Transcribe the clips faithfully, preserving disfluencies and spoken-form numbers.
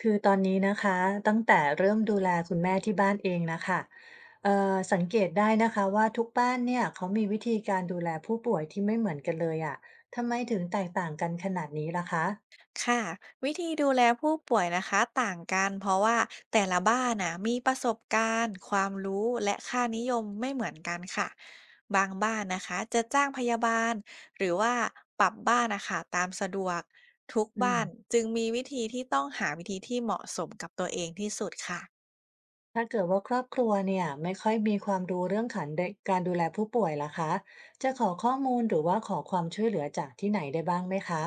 คือตอนนี้นะคะตั้งแต่เริ่มดูแลคุณแม่ที่บ้านเองนะค่ะเอ่อสังเกตได้นะคะว่าทุกบ้านเนี่ยเขามีวิธีการดูแลผู้ป่วยที่ไม่เหมือนกันเลยอะทำไมถึงแตกต่างกันขนาดนี้ล่ะคะค่ะวิธีดูแลผู้ป่วยนะคะต่างกันเพราะว่าแต่ละบ้านนะมีประสบการณ์ความรู้และค่านิยมไม่เหมือนกันค่ะบางบ้านนะคะจะจ้างพยาบาลหรือว่าปรับบ้านนะคะตามสะดวกทุกอืบ้ามนจึงมีวิธีที่ต้องหาวิธีที่เหมาะสมกับตัวเองที่สุดค่ะ ถ้าเกิดว่าครอบครัวเนี่ยไม่ค่อยมีความรู้เรื่องขันดการดูแลผู้ป่วยล่ะคะจะขอข้อมูลหรือว่าขอความช่วยเหลือจากที่ไหนได้บ้างไหมคะ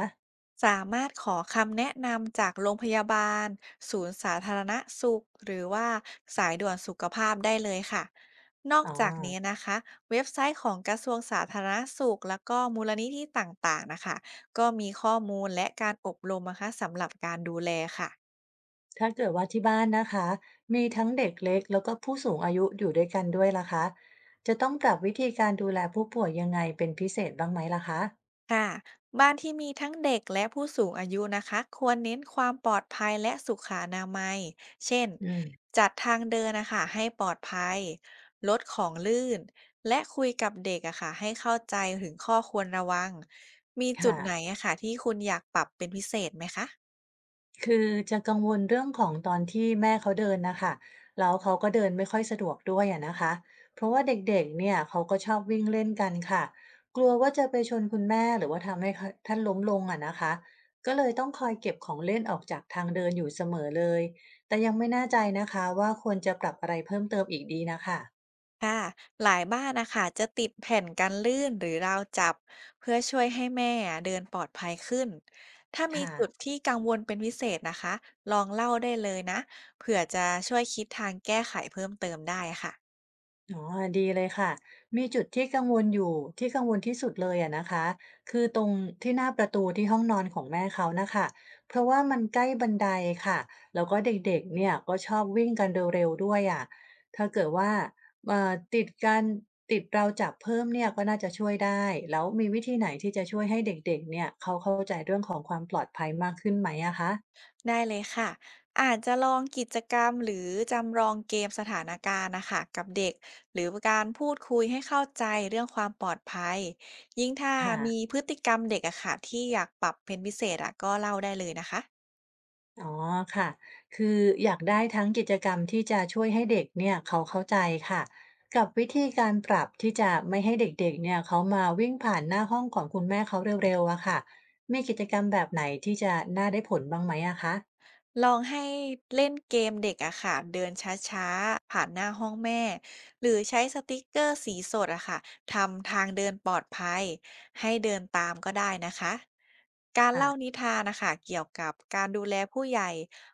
สามารถขอคำแนะนำจากโรงพยาบาลศูนย์สาธารณสุขหรือว่าสายด่วนสุขภาพได้เลยค่ะนอกอ๋อ จากนี้นะคะเว็บไซต์ของกระทรวงสาธารณสุขแล้วก็มูลนิธิต่างๆนะคะก็มีข้อมูลและการอบรมนะคะสำหรับการดูแลค่ะ ถ้าเกิดว่าที่บ้านนะคะมีทั้งเด็กเล็กแล้วก็ผู้สูงอายุอยู่ด้วยกันด้วยล่ะคะจะต้องปรับวิธีการดูแลผู้ป่วยยังไงเป็นพิเศษบ้างไหมล่ะคะค่ะบ้านที่มีทั้งเด็กและผู้สูงอายุนะคะควรเน้นความปลอดภัยและสุขอนามัย เช่นอืมจัดทางเดินนะคะให้ปลอดภัยลดของลื่นและคุยกับเด็กอะค่ะให้เข้าใจถึงข้อควรระวังมีจุดค่ะ ไหนอะค่ะที่คุณอยากปรับเป็นพิเศษไหมคะ คือจะกังวลเรื่องของตอนที่แม่เขาเดินนะคะแล้วเขาก็เดินไม่ค่อยสะดวกด้วยอะนะคะเพราะว่าเด็กๆเนี่ยเขาก็ชอบวิ่งเล่นกันค่ะกลัวว่าจะไปชนคุณแม่หรือว่าทำให้เขาท่านล้มลงอะนะคะก็เลยต้องคอยเก็บของเล่นออกจากทางเดินอยู่เสมอเลยแต่ยังไม่แน่ใจนะคะว่าควรจะปรับอะไรเพิ่มเติมอีกดีนะคะค่ะหลายบ้านนะคะจะติดแผ่นกันลื่นหรือราวจับเพื่อช่วยให้แม่เดินปลอดภัยขึ้น ถ้ามีค่ะ จุดที่กังวลเป็นพิเศษนะคะลองเล่าได้เลยนะเผื่อจะช่วยคิดทางแก้ไขเพิ่มเติมได้ค่ะอ๋อดีเลยค่ะ มีจุดที่กังวลอยู่ที่กังวลที่สุดเลยอะนะคะคือตรงที่หน้าประตูที่ห้องนอนของแม่เขานะค่ะเพราะว่ามันใกล้บันไดค่ะแล้วก็เด็กๆเนี่ยก็ชอบวิ่งกันเร็วๆด้วยอะถ้าเกิดว่าเอ่อติดการติดราวจับเพิ่มเนี่ยก็น่าจะช่วยได้แล้วมีวิธีไหนที่จะช่วยให้เด็กๆเนี่ยเขาเข้าใจเรื่องของความปลอดภัยมากขึ้นไหมอะคะได้เลยค่ะอาจจะลองกิจกรรมหรือจำลองเกมสถานการณ์นะคะกับเด็กหรือการพูดคุยให้เข้าใจเรื่องความปลอดภัยยิ่งถ้าค่ะ มีพฤติกรรมเด็กอะค่ะที่อยากปรับเป็นพิเศษอะก็เล่าได้เลยนะคะ อ๋อค่ะคืออยากได้ทั้งกิจกรรมที่จะช่วยให้เด็กเนี่ยเขาเข้าใจค่ะกับวิธีการปรับที่จะไม่ให้เด็กๆเนี่ยเขามาวิ่งผ่านหน้าห้องของคุณแม่เขาเร็วๆอะค่ะมีกิจกรรมแบบไหนที่จะน่าได้ผลบ้างไหมอะคะลองให้เล่นเกมเด็กอะค่ะเดินช้าๆผ่านหน้าห้องแม่หรือใช้สติ๊กเกอร์สีสดอะค่ะทำทางเดินปลอดภัยให้เดินตามก็ได้นะคะการค่ะเล่านิทานนะคะเกี่ยวกับการดูแลผู้ใหญ่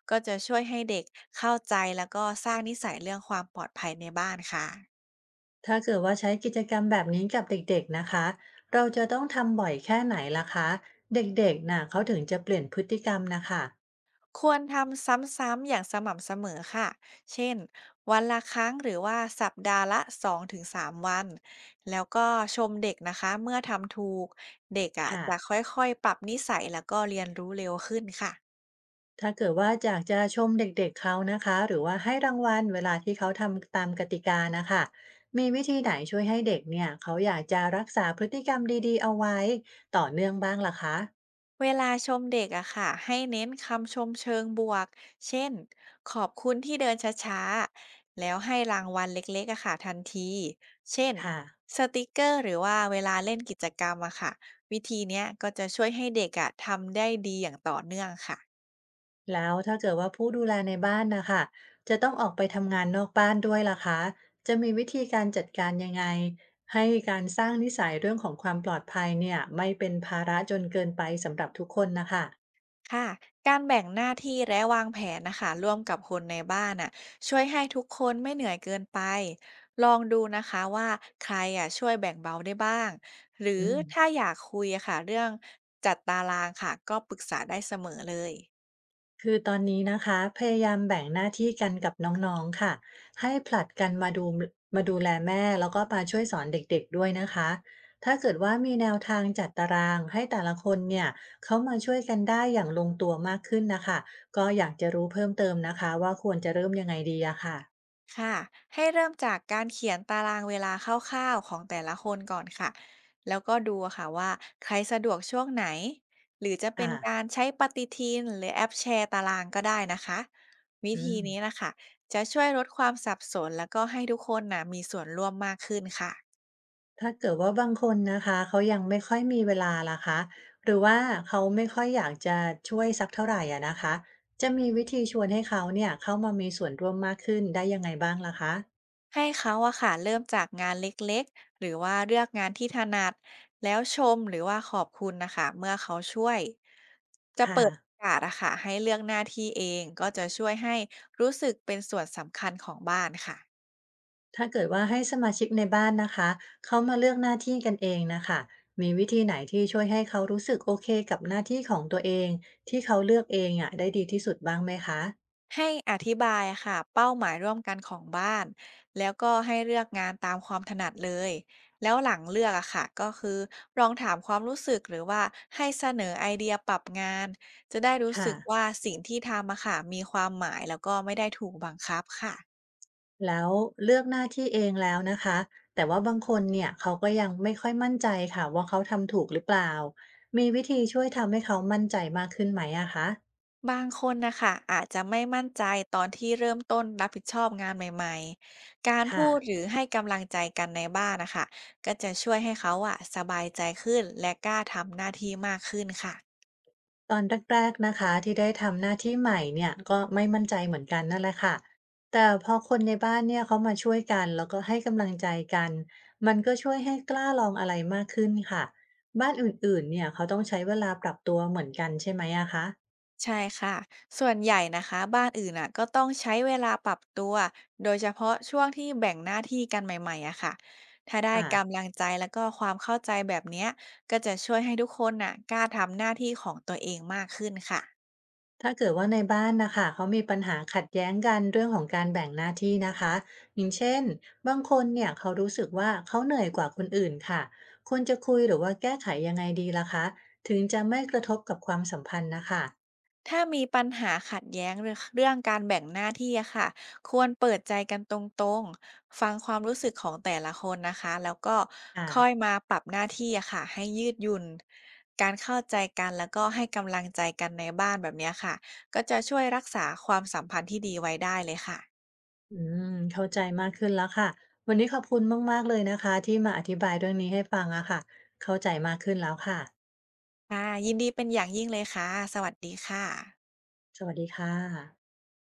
ก็จะช่วยให้เด็กเข้าใจแล้วก็สร้างนิสัยเรื่องความปลอดภัยในบ้านค่ะ ถ้าเกิดว่าใช้กิจกรรมแบบนี้กับเด็กๆนะคะ เราจะต้องทำบ่อยแค่ไหนล่ะคะ เด็กๆน่ะเขาถึงจะเปลี่ยนพฤติกรรมนะคะควรทำซ้ำๆ อย่างสม่ำเสมอค่ะ เช่น วันละครั้งหรือว่าสัปดาห์ละสองถึงสามวัน แล้วก็ชมเด็กนะคะเมื่อทำถูกเด็กอ่ะค่ะ จะค่อยๆ ปรับนิสัยแล้วก็เรียนรู้เร็วขึ้นค่ะ ถ้าเกิดว่าอยากจะชมเด็กๆเขานะคะหรือว่าให้รางวัลเวลาที่เขาทำตามกติกานะคะมีวิธีไหนช่วยให้เด็กเนี่ยเขาอยากจะรักษาพฤติกรรมดีๆเอาไว้ต่อเนื่องบ้างล่ะคะเวลาชมเด็กอะค่ะให้เน้นคำชมเชิงบวกเช่นขอบคุณที่เดินช้าๆแล้วให้รางวัลเล็กๆอะค่ะทันทีเช่นค่ะสติกเกอร์หรือว่าเวลาเล่นกิจกรรมอะค่ะวิธีเนี้ยก็จะช่วยให้เด็กอะทำได้ดีอย่างต่อเนื่องค่ะ แล้วถ้าเกิดว่าผู้ดูแลในบ้านนะคะจะต้องออกไปทำงานนอกบ้านด้วยล่ะคะจะมีวิธีการจัดการยังไงให้การสร้างนิสัยเรื่องของความปลอดภัยเนี่ยไม่เป็นภาระจนเกินไปสำหรับทุกคนนะคะค่ะการแบ่งหน้าที่และวางแผนนะคะร่วมกับคนในบ้านน่ะช่วยให้ทุกคนไม่เหนื่อยเกินไปลองดูนะคะว่าใครอ่ะช่วยแบ่งเบาได้บ้างหรืออืม ถ้าอยากคุยอะค่ะเรื่องจัดตารางค่ะก็ปรึกษาได้เสมอเลย คือตอนนี้นะคะพยายามแบ่งหน้าที่กันกับน้องๆค่ะให้ผลัดกันมาดูมาดูแลแม่แล้วก็มาช่วยสอนเด็กๆด้วยนะคะถ้าเกิดว่ามีแนวทางจัดตารางให้แต่ละคนเนี่ยเขามาช่วยกันได้อย่างลงตัวมากขึ้นนะคะก็อยากจะรู้เพิ่มเติมนะคะว่าควรจะเริ่มยังไงดีอะค่ะค่ะให้เริ่มจากการเขียนตารางเวลาคร่าวๆของแต่ละคนก่อนค่ะแล้วก็ดูอะค่ะว่าใครสะดวกช่วงไหนหรือจะเป็อ่านการใช้ปฏิทินหรือแอปแชร์ตารางก็ได้นะคะวิอืธีม นี้นะคะจะช่วยลดความสับสนแล้วก็ให้ทุกคนนะมีส่วนร่วมมากขึ้นค่ะ ถ้าเกิดว่าบางคนนะคะเขายังไม่ค่อยมีเวลาล่ะคะหรือว่าเขาไม่ค่อยอยากจะช่วยสักเท่าไหร่อะนะคะจะมีวิธีชวนให้เขาเนี่ยเข้ามามีส่วนร่วมมากขึ้นได้ยังไงบ้างล่ะคะให้เขาอะค่ะเริ่มจากงานเล็กๆหรือว่าเลือกงานที่ถนัดแล้วชมหรือว่าขอบคุณนะคะเมื่อเขาช่วยจะค่ะเปิดโอกาสอะค่ะให้เลือกหน้าที่เองก็จะช่วยให้รู้สึกเป็นส่วนสำคัญของบ้านค่ะ ถ้าเกิดว่าให้สมาชิกในบ้านนะคะเขามาเลือกหน้าที่กันเองนะคะมีวิธีไหนที่ช่วยให้เขารู้สึกโอเคกับหน้าที่ของตัวเองที่เขาเลือกเองอะได้ดีที่สุดบ้างไหมคะให้อธิบายค่ะเป้าหมายร่วมกันของบ้านแล้วก็ให้เลือกงานตามความถนัดเลยแล้วหลังเลือกอะค่ะก็คือลองถามความรู้สึกหรือว่าให้เสนอไอเดียปรับงานจะได้รู้ค่ะ สึกว่าสิ่งที่ทำอะค่ะมีความหมายแล้วก็ไม่ได้ถูกบังคับค่ะแล้วเลือกหน้าที่เองแล้วนะคะแต่ว่าบางคนเนี่ยเขาก็ยังไม่ค่อยมั่นใจค่ะว่าเขาทำถูกหรือเปล่ามีวิธีช่วยทำให้เขามั่นใจมากขึ้นไหมอะคะบางคนนะคะอาจจะไม่มั่นใจตอนที่เริ่มต้นรับผิดชอบงานใหม่ๆการค่ะพูดหรือให้กำลังใจกันในบ้านนะคะก็จะช่วยให้เขาอะสบายใจขึ้นและกล้าทำหน้าที่มากขึ้นค่ะ ตอนแรกๆนะคะที่ได้ทำหน้าที่ใหม่เนี่ยก็ไม่มั่นใจเหมือนกันนั่นแหละค่ะแต่พอคนในบ้านเนี่ยเขามาช่วยกันแล้วก็ให้กำลังใจกันมันก็ช่วยให้กล้าลองอะไรมากขึ้นค่ะบ้านอื่นๆเนี่ยเขาต้องใช้เวลาปรับตัวเหมือนกันใช่ไหมอะคะใช่ค่ะ ส่วนใหญ่นะคะบ้านอื่นน่ะก็ต้องใช้เวลาปรับตัวโดยเฉพาะช่วงที่แบ่งหน้าที่กันใหม่ๆอะค่ะ ถ้าได้ค่ะ กำลังใจแล้วก็ความเข้าใจแบบเนี้ยก็จะช่วยให้ทุกคนน่ะกล้าทำหน้าที่ของตัวเองมากขึ้นค่ะ ถ้าเกิดว่าในบ้านนะคะเขามีปัญหาขัดแย้งกันเรื่องของการแบ่งหน้าที่นะคะอย่างเช่นบางคนเนี่ยเขารู้สึกว่าเขาเหนื่อยกว่าคนอื่นค่ะควรจะคุยหรือว่าแก้ไขยังไงดีล่ะคะถึงจะไม่กระทบกับความสัมพันธ์นะคะถ้ามีปัญหาขัดแย้งเรื่องเรื่องการแบ่งหน้าที่อะค่ะ ควรเปิดใจกันตรงๆฟังความรู้สึกของแต่ละคนนะคะแล้วก็ค่อยค่ะมาปรับหน้าที่อะค่ะ ให้ยืดหยุ่นการเข้าใจกันแล้วก็ให้กำลังใจกันในบ้านแบบเนี้ยค่ะ ก็จะช่วยรักษาความสัมพันธ์ที่ดีไว้ได้เลยค่ะอืมเข้าใจมากขึ้นแล้วค่ะวันนี้ขอบคุณมากๆเลยนะคะที่มาอธิบายเรื่องนี้ให้ฟังอะค่ะเข้าใจมากขึ้นแล้วค่ะค่ะยินดีเป็นอย่างยิ่งเลยค่ะ สวัสดีค่ะสวัสดีค่ะ